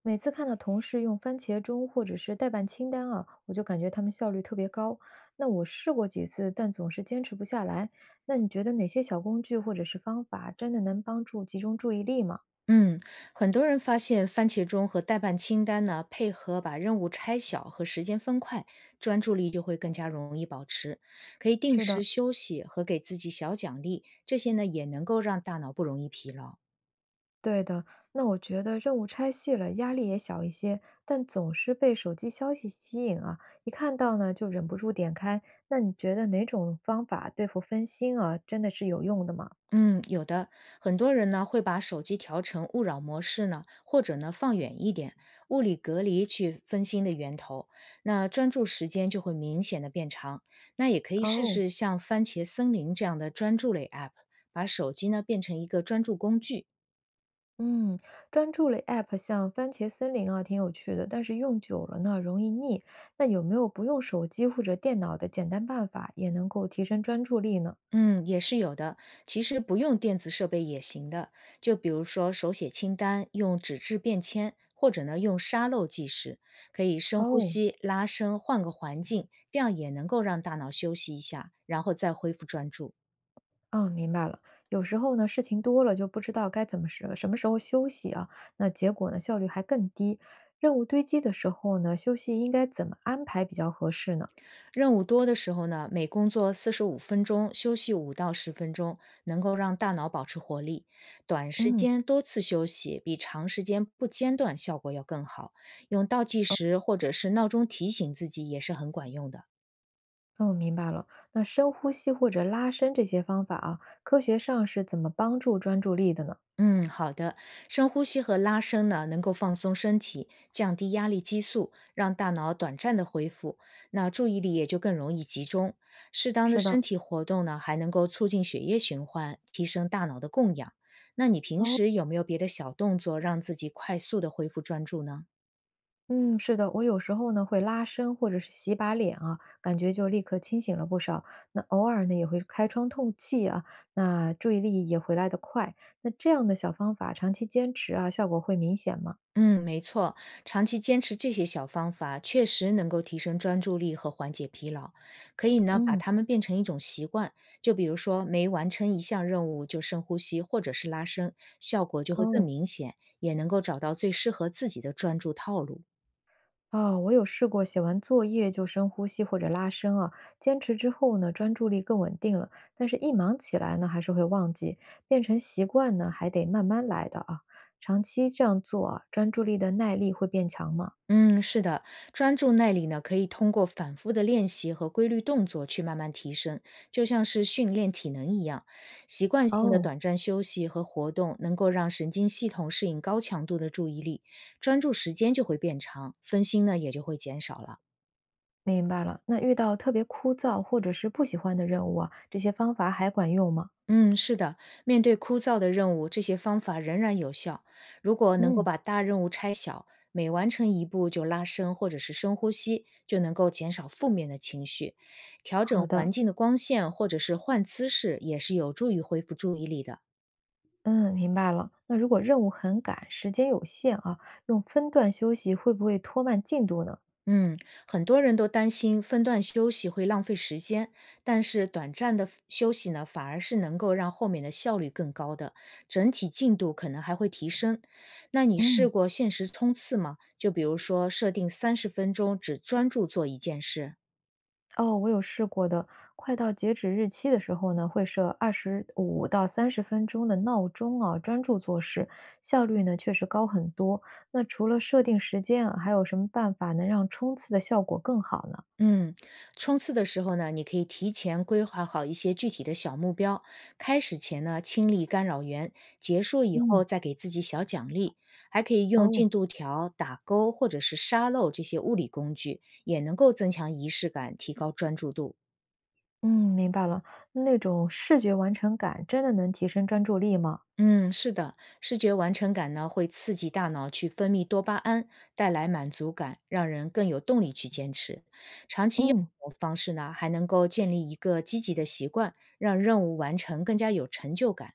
每次看到同事用番茄钟或者是代办清单啊，我就感觉他们效率特别高。那我试过几次，但总是坚持不下来。那你觉得哪些小工具或者是方法真的能帮助集中注意力吗？嗯，很多人发现番茄钟和代办清单呢，配合把任务拆小和时间分块，专注力就会更加容易保持。可以定是时的，休息和给自己小奖励，这些呢也能够让大脑不容易疲劳。对的。那我觉得任务拆细了，压力也小一些，但总是被手机消息吸引啊，一看到呢就忍不住点开。那你觉得哪种方法对付分心啊，真的是有用的吗？嗯，有的，很多人呢会把手机调成勿扰模式呢，或者呢放远一点，物理隔离去分心的源头，那专注时间就会明显的变长。那也可以试哦、试像番茄森林这样的专注类 app，把手机呢变成一个专注工具。嗯，专注类 App 像番茄森林啊，挺有趣的，但是用久了呢，容易腻。那有没有不用手机或者电脑的简单办法，也能够提升专注力呢？嗯，也是有的。其实不用电子设备也行的，就比如说手写清单，用纸质便签，或者呢用沙漏计时，可以深呼哦，吸、拉伸，换个环境，这样也能够让大脑休息一下，然后再恢复专注。嗯，明白了。有时候呢，事情多了就不知道该怎么时什么时候休息啊，那结果呢，效率还更低。任务堆积的时候呢，休息应该怎么安排比较合适呢？任务多的时候呢，每工作45分钟，休息5到10分钟，能够让大脑保持活力。短时嗯，间多次休息比长时间不间断效果要更好。用倒计时或者是闹钟提醒自己也是很管用的。那我明白了。那深呼吸或者拉伸这些方法啊，科学上是怎么帮助专注力的呢？嗯，好的。深呼吸和拉伸呢，能够放松身体，降低压力激素，让大脑短暂的恢复，那注意力也就更容易集中。适当的是的。身体活动呢，还能够促进血液循环，提升大脑的供氧。那你平时有没有别的小动作，让自己快速的恢复专注呢？嗯，是的，我有时候呢会拉伸或者是洗把脸啊，感觉就立刻清醒了不少。那偶尔呢也会开窗透气啊，那注意力也回来得快。那这样的小方法长期坚持啊，效果会明显吗？嗯，没错，长期坚持这些小方法，确实能够提升专注力和缓解疲劳。可以呢，把嗯，它们变成一种习惯，就比如说每完成一项任务就深呼吸或者是拉伸，效果就会更哦。明显，也能够找到最适合自己的专注套路。哦，我有试过写完作业就深呼吸或者拉伸啊，坚持之后呢，专注力更稳定了，但是一忙起来呢，还是会忘记，变成习惯呢，还得慢慢来的啊。长期这样做啊，专注力的耐力会变强吗？嗯，是的，专注耐力呢，可以通过反复的练习和规律动作去慢慢提升，就像是训练体能一样。习惯性的哦，短暂休息和活动能够让神经系统适应高强度的注意力，专注时间就会变长，分心呢也就会减少了。明白了。那遇到特别枯燥或者是不喜欢的任务啊，这些方法还管用吗？嗯，是的，面对枯燥的任务，这些方法仍然有效。如果能够嗯，把大任务拆小，每完成一步就拉伸或者是深呼吸，就能够减少负面的情绪。调好整的，环境的光线或者是换姿势，也是有助于恢复注意力的。嗯，明白了。那如果任务很赶，时间有限啊，用分段休息会不会拖慢进度呢？嗯，很多人都担心分段休息会浪费时间，但是短暂的休息呢，反而是能够让后面的效率更高的，整体进度可能还会提升。那你试嗯，过限时冲刺吗？就比如说设定30分钟只专注做一件事。哦，我有试过的。快到截止日期的时候呢，会设25到30分钟的闹钟啊，专注做事，效率呢确实高很多。那除了设定时间啊，还有什么办法能让冲刺的效果更好呢？嗯，冲刺的时候呢，你可以提前规划好一些具体的小目标，开始前呢清理干扰源，结束以后嗯，再给自己小奖励，还可以用哦。进度条、打勾或者是沙漏这些物理工具，也能够增强仪式感，提高专注度。嗯，明白了。那种视觉完成感真的能提升专注力吗？嗯，是的，视觉完成感呢会刺激大脑去分泌多巴胺，带来满足感，让人更有动力去坚持。长期用嗯，这种方式呢，还能够建立一个积极的习惯，让任务完成更加有成就感。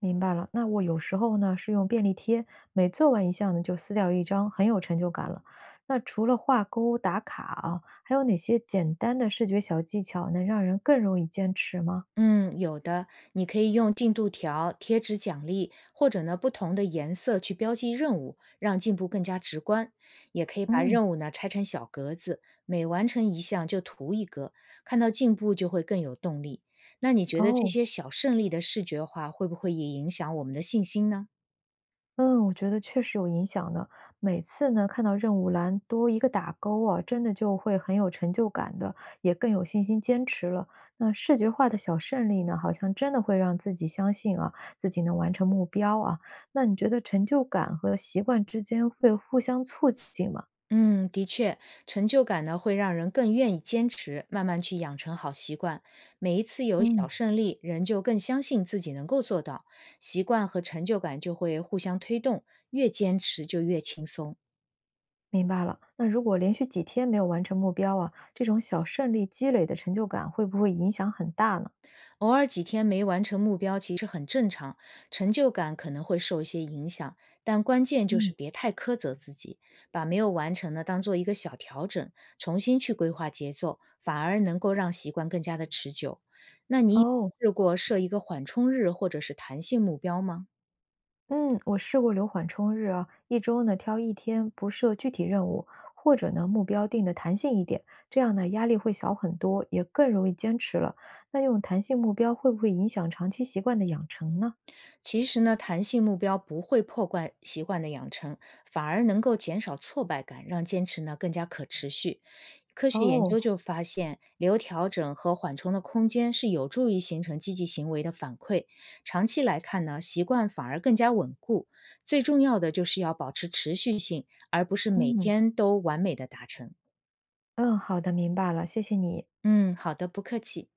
明白了。那我有时候呢是用便利贴，每做完一项呢就撕掉一张，很有成就感了。那除了画勾、打卡啊，还有哪些简单的视觉小技巧能让人更容易坚持吗？嗯，有的，你可以用进度条、贴纸奖励，或者呢不同的颜色去标记任务，让进步更加直观。也可以把嗯，任务呢拆成小格子，每完成一项就涂一格，看到进步就会更有动力。那你觉得这哦。些小胜利的视觉化会不会也影响我们的信心呢？嗯，我觉得确实有影响的。每次呢，看到任务栏多一个打勾啊，真的就会很有成就感的，也更有信心坚持了。那视觉化的小胜利呢，好像真的会让自己相信啊，自己能完成目标啊。那你觉得成就感和习惯之间会互相促进吗？嗯，的确，成就感呢会让人更愿意坚持，慢慢去养成好习惯。每一次有嗯，小胜利，人就更相信自己能够做到，习惯和成就感就会互相推动，越坚持就越轻松。明白了。那如果连续几天没有完成目标啊，这种小胜利积累的成就感会不会影响很大呢？偶尔几天没完成目标其实很正常，成就感可能会受一些影响，但关键就嗯，是别太苛责自己，把没有完成的当做一个小调整，重新去规划节奏，反而能够让习惯更加的持久。那你有哦。试过设一个缓冲日或者是弹性目标吗？嗯，我试过留缓冲日啊，一周呢挑一天不设具体任务，或者呢目标定的弹性一点，这样呢压力会小很多，也更容易坚持了。那用弹性目标会不会影响长期习惯的养成呢？其实呢，弹性目标不会破坏习惯的养成，反而能够减少挫败感，让坚持呢更加可持续。科学研哦，究就发现，留调整和缓冲的空间是有助于形成积极行为的反馈。长期来看呢，习惯反而更加稳固。最重要的就是要保持持续性，而不是每嗯天都完美的达成。嗯，好的，明白了，谢谢你。嗯，好的，不客气。